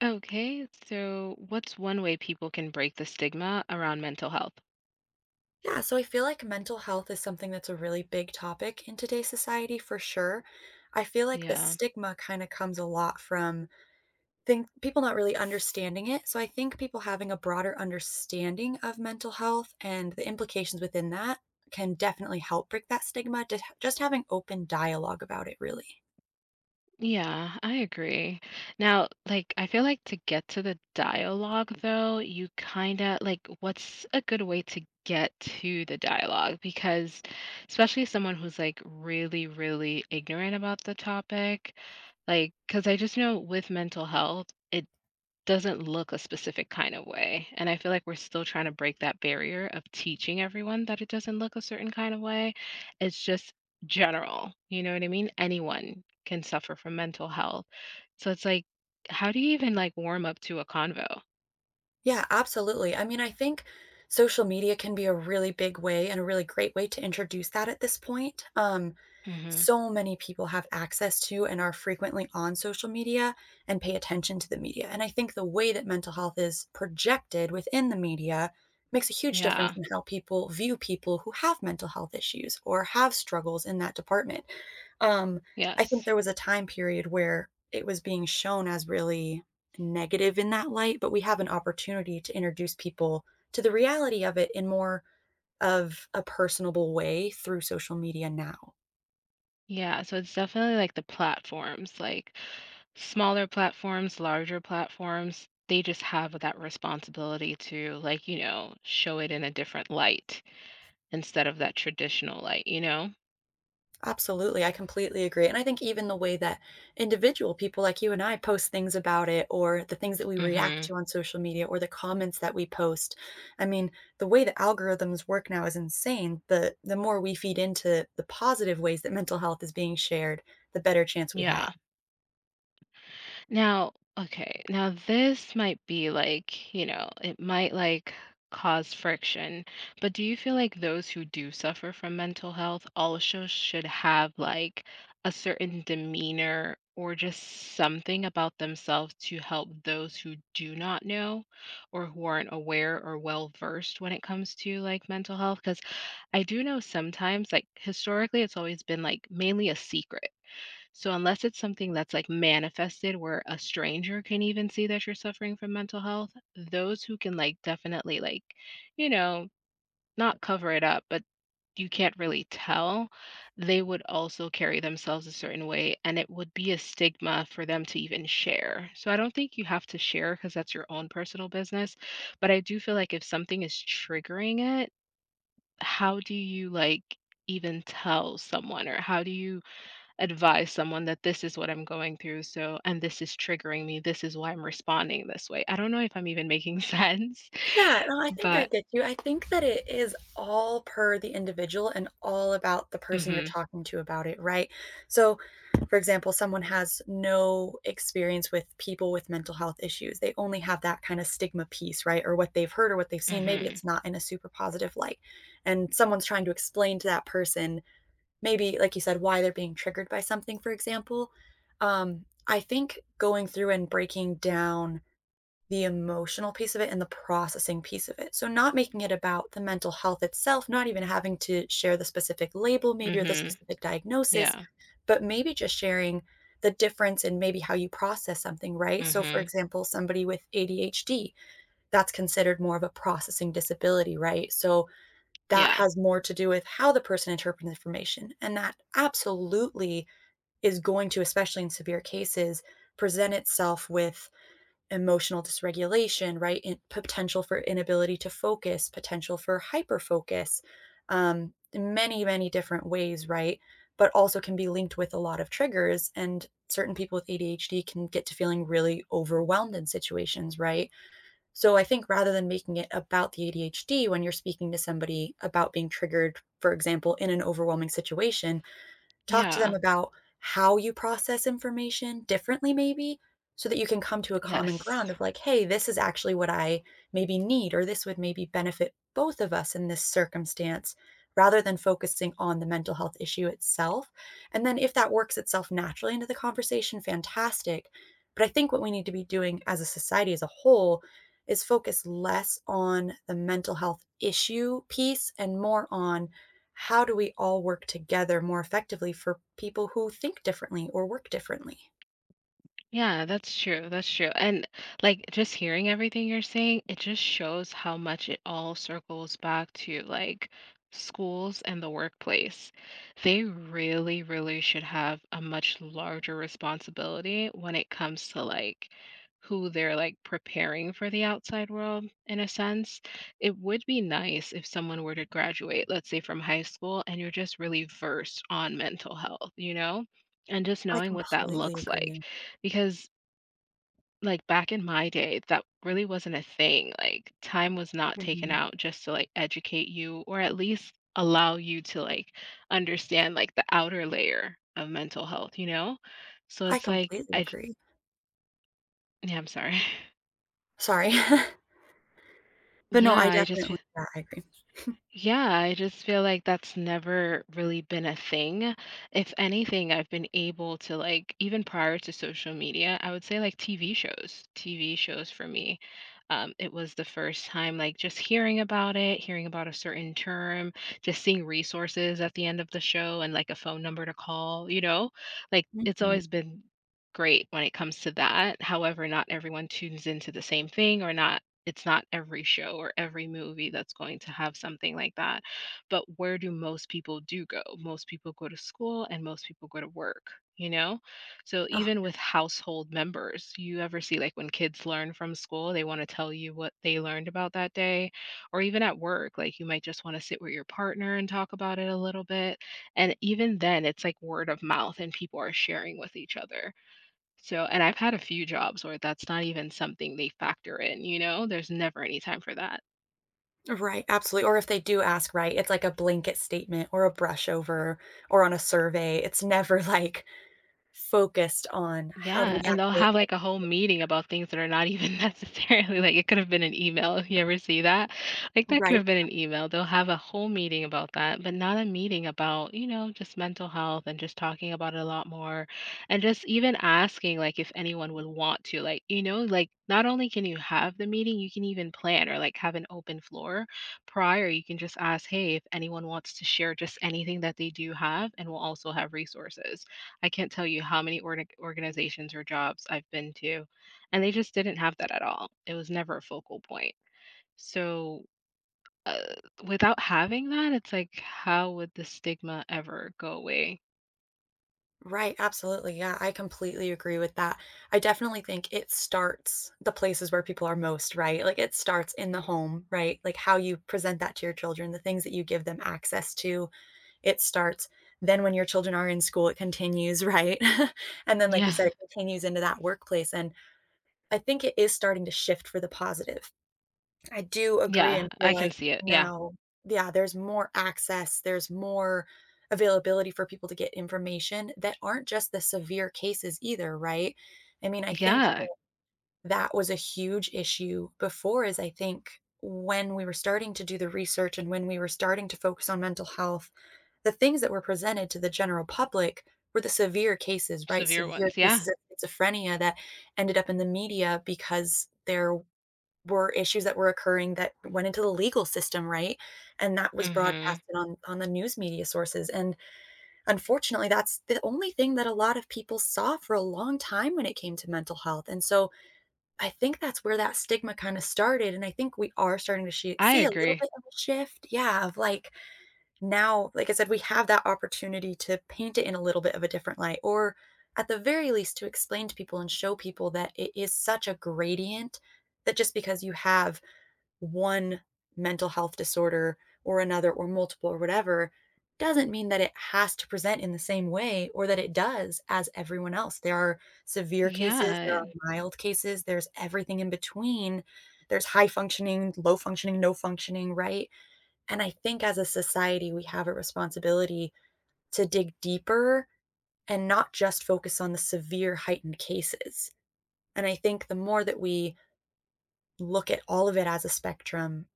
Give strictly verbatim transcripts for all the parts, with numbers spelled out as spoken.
Okay, so what's one way people can break the stigma around mental health? Yeah, so I feel like mental health is something that's a really big topic in today's society for sure. I feel like the Yeah. stigma kind of comes a lot from think people not really understanding it. So I think people having a broader understanding of mental health and the implications within that can definitely help break that stigma. Just just having open dialogue about it, really. Yeah, I agree. Now, like, I feel like to get to the dialogue, though, you kind of like what's a good way to get to the dialogue? Because, especially someone who's like really, really ignorant about the topic, like, because I just know with mental health, it doesn't look a specific kind of way, and I feel like we're still trying to break that barrier of teaching everyone that it doesn't look a certain kind of way. It's just general, you know what I mean? Anyone can suffer from mental health. So it's like, how do you even, like, warm up to a convo? Yeah, absolutely. I mean, I think social media can be a really big way and a really great way to introduce that at this point. Um, Mhm. So many people have access to and are frequently on social media and pay attention to the media. And I think the way that mental health is projected within the media makes a huge difference Yeah. in how people view people who have mental health issues or have struggles in that department. Um, I think Yes. there was a time period where it was being shown as really negative in that light, but we have an opportunity to introduce people to the reality of it in more of a personable way through social media now. Yeah, so it's definitely, like, the platforms, like, smaller platforms, larger platforms, they just have that responsibility to, like, you know, show it in a different light, instead of that traditional light, you know? Absolutely, I completely agree, and I think even the way that individual people like you and I post things about it, or the things that we react Mhm. to on social media, or the comments that we post. I mean, the way that algorithms work now is insane. The the more we feed into the positive ways that mental health is being shared, the better chance we have. Yeah. Now okay, now this might be like, you know, it might, like, cause friction, but do you feel like those who do suffer from mental health also should have, like, a certain demeanor or just something about themselves to help those who do not know or who aren't aware or well versed when it comes to, like, mental health? Because I do know sometimes, like, historically, it's always been, like, mainly a secret. So unless it's something that's, like, manifested where a stranger can even see that you're suffering from mental health, those who can, like, definitely, like, you know, not cover it up, but you can't really tell, they would also carry themselves a certain way, and it would be a stigma for them to even share. So I don't think you have to share because that's your own personal business, but I do feel like if something is triggering it, how do you like even tell someone, or how do you advise someone that this is what I'm going through, so and this is triggering me, this is why I'm responding this way. I don't know if I'm even making sense, Yeah, no, I think I but get you. I think that it is all per the individual and all about the person you're mhm, talking to about it, right? So, for example, someone has no experience with people with mental health issues. They only have that kind of stigma piece, right? Or what they've heard or what they've seen. Maybe mhm, it's not in a super positive light. And someone's trying to explain to that person, maybe, like you said, why they're being triggered by something, for example. Um, I think going through and breaking down the emotional piece of it and the processing piece of it. So, not making it about the mental health itself, not even having to share the specific label, maybe, or the mhm, specific diagnosis, yeah, but maybe just sharing the difference in maybe how you process something, right? So, for mhm, example, somebody with A D H D, that's considered more of a processing disability, right? So, that yeah, has more to do with how the person interprets information. And that absolutely is going to, especially in severe cases, present itself with emotional dysregulation, right? In, potential for inability to focus, potential for hyperfocus, um, in many, many different ways, right? But also can be linked with a lot of triggers. And certain people with A D H D can get to feeling really overwhelmed in situations, right? So I think rather than making it about the A D H D when you're speaking to somebody about being triggered, for example, in an overwhelming situation, talk to them yeah, about how you process information differently maybe, so that you can come to a common ground yes. of like, "Hey, this is actually what I maybe need," or, "This would maybe benefit both of us in this circumstance," rather than focusing on the mental health issue itself, and then if that works itself naturally into the conversation, fantastic, but I think what we need to be doing as a society as a whole is focus less on the mental health issue piece and more on how do we all work together more effectively for people who think differently or work differently? Yeah, that's true. That's true. And like just hearing everything you're saying, it just shows how much it all circles back to like schools and the workplace. They really, really should have a much larger responsibility when it comes to like who they're like preparing for the outside world in a sense. It would be nice if someone were to graduate, let's say from high school, and you're just really versed on mental health, you know? And just I knowing what that completely looks like agree. because, like, back in my day, that really wasn't a thing, like, time was not taken Mhm. out just to, like, educate you or at least allow you to, like, understand, like, the outer layer of mental health, you know? So I it's like completely I j agree. yeah, I'm sorry. Sorry. But no, Yeah, I I just definitely yeah, I agree. Yeah, I just feel like that's never really been a thing. If anything, I've been able to like even prior to social media, I would say like T V shows. T V shows for me, um, it was the first time like just hearing about it, hearing about a certain term, just seeing resources at the end of the show and like a phone number to call, you know? Like it's Mhm. always been great when it comes to that. However, not everyone tunes into the same thing, or not it's not every show or every movie that's going to have something like that. But where do most people do go? Most people go to school and most people go to work, you know? So Oh, even with household members, you ever see like when kids learn from school, they want to tell you what they learned about that day, or even at work, like you might just want to sit with your partner and talk about it a little bit. And even then, it's like word of mouth and people are sharing with each other. So and I've had a few jobs where that's not even something they factor in, you know? There's never any time for that. right, absolutely, or if they do ask, right, it's like a blanket statement or a brush over or on a survey, it's never, like, focused on how do Yeah, we and they'll actually have, like, a whole meeting about things that are not even necessarily like, it could have been an email. If you ever see that? Like, that could Right. have been an email. They'll have a whole meeting about that, but not a meeting about, you know, just mental health and just talking about it a lot more, and just even asking, like, if anyone would want to. Like, you know, like, not only can you have the meeting, you can even plan or, like, have an open floor prior. You can just ask, "Hey, if anyone wants to share just anything that they do have," and we'll also have resources. I can't tell you how many org organizations or jobs I've been to, and they just didn't have that at all. It was never a focal point. So, uh, without having that, it's like, how would the stigma ever go away? Right, absolutely. Yeah, I completely agree with that. I definitely think it starts the places where people are most, right? Like it starts in the home, right? Like how you present that to your children, the things that you give them access to, it starts. Then when your children are in school, it continues, right? And then, like you Yeah. said, it continues into that workplace. And I think it is starting to shift for the positive. I do agree Yeah, and I feel can like see it. Yeah. now yeah, there's more access, there's more availability for people to get information that aren't just the severe cases either, right? I mean, I think Yeah. that was a huge issue before is I think when we were starting to do the research and when we were starting to focus on mental health, the things that were presented to the general public were the severe cases, right? Severe Severe ones. Yeah. cases of schizophrenia that ended up in the media because there were issues that were occurring that went into the legal system, right? And that was Mhm. broadcasted on on the news media sources, and unfortunately, that's the only thing that a lot of people saw for a long time when it came to mental health, and so I think that's where that stigma kinda started, and I think we are starting to she I see a little agree. bit of a shift, yeah, of, like, now, like I said, we have that opportunity to paint it in a little bit of a different light, or at the very least, to explain to people and show people that it is such a gradient that just because you have one mental health disorder or another or multiple or whatever doesn't mean that it has to present in the same way or that it does as everyone else. There are severe cases, there Yeah. are mild cases, there's everything in between. There's high functioning, low functioning, no functioning, right? And I think as a society, we have a responsibility to dig deeper and not just focus on the severe heightened cases. And I think the more that we look at all of it as a spectrum,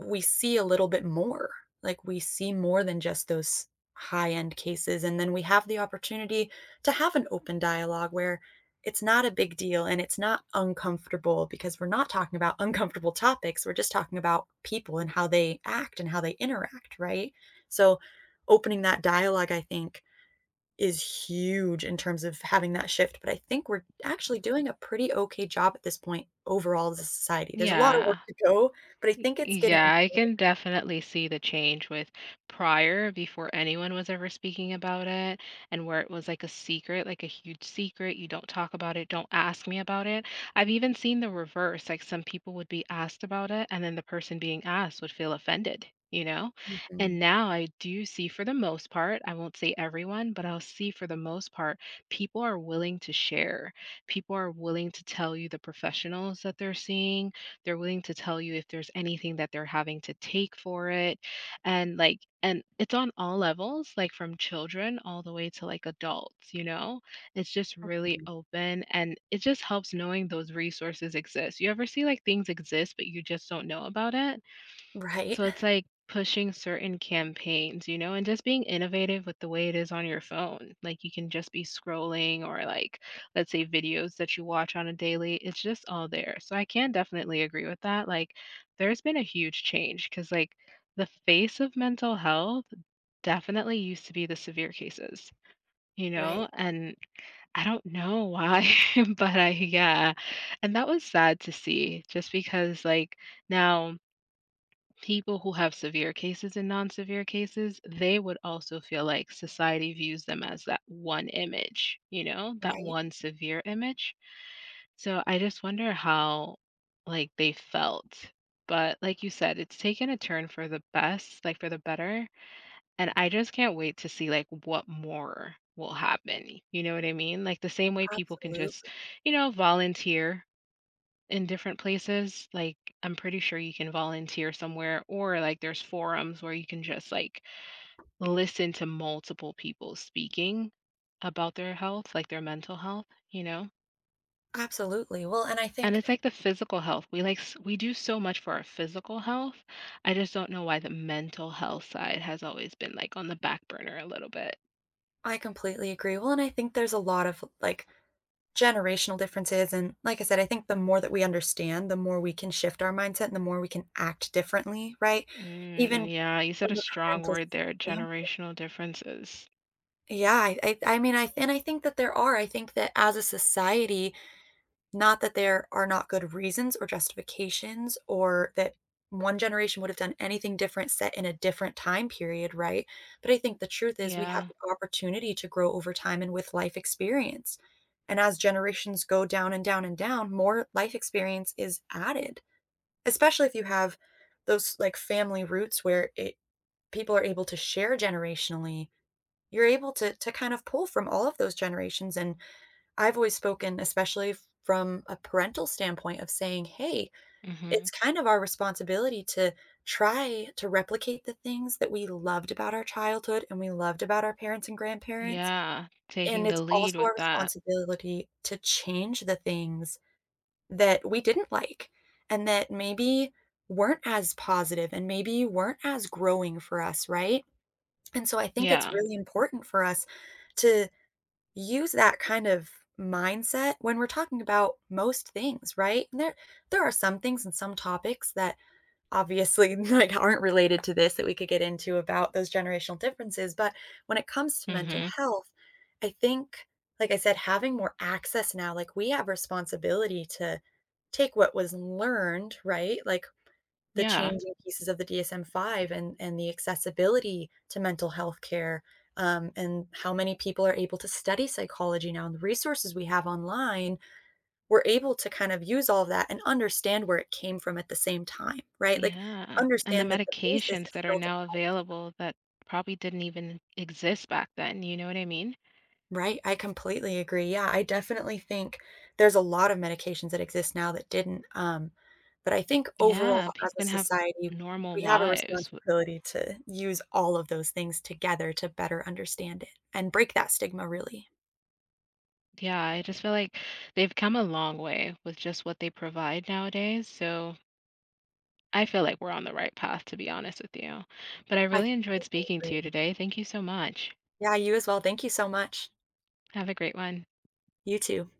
we see a little bit more. Like we see more than just those high end cases. And then we have the opportunity to have an open dialogue where it's not a big deal and it's not uncomfortable because we're not talking about uncomfortable topics. We're just talking about people and how they act and how they interact, right? So opening that dialogue, I think, is huge in terms of having that shift, but I think we're actually doing a pretty okay job at this point overall as a society. There's a lot of work Yeah. to go, but I Y- think it's getting Yeah, I can definitely see the change with prior before anyone was ever speaking about it, and where it was like a secret, like a huge secret. You don't talk about it, don't ask me about it. I've even seen the reverse, like some people would be asked about it, and then the person being asked would feel offended, you know? And Mhm, now I do see for the most part, I won't say everyone, but I'll see for the most part, people are willing to share. People are willing to tell you the professionals that they're seeing, they're willing to tell you if there's anything that they're having to take for it. And like and it's on all levels, like from children all the way to like adults, you know? It's just really mhm. open and it just helps knowing those resources exist. You ever see like things exist but you just don't know about it? Right, So it's like pushing certain campaigns, you know, and just being innovative with the way it is on your phone. Like you can just be scrolling, or like let's say videos that you watch on a daily, it's just all there. So I can definitely agree with that. Like there's been a huge change cuz like the face of mental health definitely used to be the severe cases, you right, know, and I don't know why, but I yeah. And that was sad to see just because like now people who have severe cases and non-severe cases they would also feel like society views them as that one image, you know, that right. one severe image. So I just wonder how like they felt, but like you said, it's taken a turn for the best, like for the better, and I just can't wait to see like what more will happen, you know what I mean, like the same way people can just, absolutely, you know, volunteer in different places. Like, I'm pretty sure you can volunteer somewhere, or like there's forums where you can just like listen to multiple people speaking about their health, like their mental health, you know? absolutely. Well, and I And think it's like the physical health. We like, s- we do so much for our physical health. I just don't know why the mental health side has always been like on the back burner a little bit. I completely agree. Well, and I think there's a lot of, like, generational differences, and like I said, I think the more that we understand, the more we can shift our mindset and the more we can act differently, right? Even Mm, yeah, you said a from a strong parental word there, standpoint. generational differences. Yeah, I I I mean, I and I think that there are. I think that as a society, not that there are not good reasons or justifications or that one generation would have done anything different set in a different time period, right? But I think the truth is we have Yeah. the opportunity to grow over time and with life experience. And as generations go down and down and down, more life experience is added, especially if you have those like family roots where it people are able to share generationally, you're able to to kind of pull from all of those generations, and I've always spoken especially from a parental standpoint of saying, hey, Hmm. it's kind of our responsibility to try to replicate the things that we loved about our childhood and we loved about our parents and grandparents, Yeah, and taking the it's lead also with our that. responsibility to change the things that we didn't like and that maybe weren't as positive and maybe weren't as growing for us, right? And so I think it's Yeah. really important for us to use that kind of mindset when we're talking about most things, right? And there there are some things and some topics that obviously like aren't related to this that we could get into about those generational differences, but when it comes to mental Mhm. health, I think like I said having more access now, like we have responsibility to take what was learned, right? Like the Yeah. changing pieces of the D S M five and and the accessibility to mental health care, um, and how many people are able to study psychology now, and the resources we have online, we're able to kind of use all of that and understand where it came from at the same time, right? Like, Yeah. And the understand that the basis is medications that are still to now help people. available that probably didn't even exist back then, you know what I mean? Right, I completely agree. Yeah, I definitely think there's a lot of medications that exist now that didn't, um, but I think overall Yeah, as people a can have society, normal we have a lives. W- responsibility to use all of those things together to better understand it and break that stigma really. Yeah, I just feel like they've come a long way with just what they provide nowadays. So I feel like we're on the right path, to be honest with you. But I I really enjoyed completely speaking to you agree. today. Thank you so much. Yeah, you as well. Thank you so much. Have a great one. You too.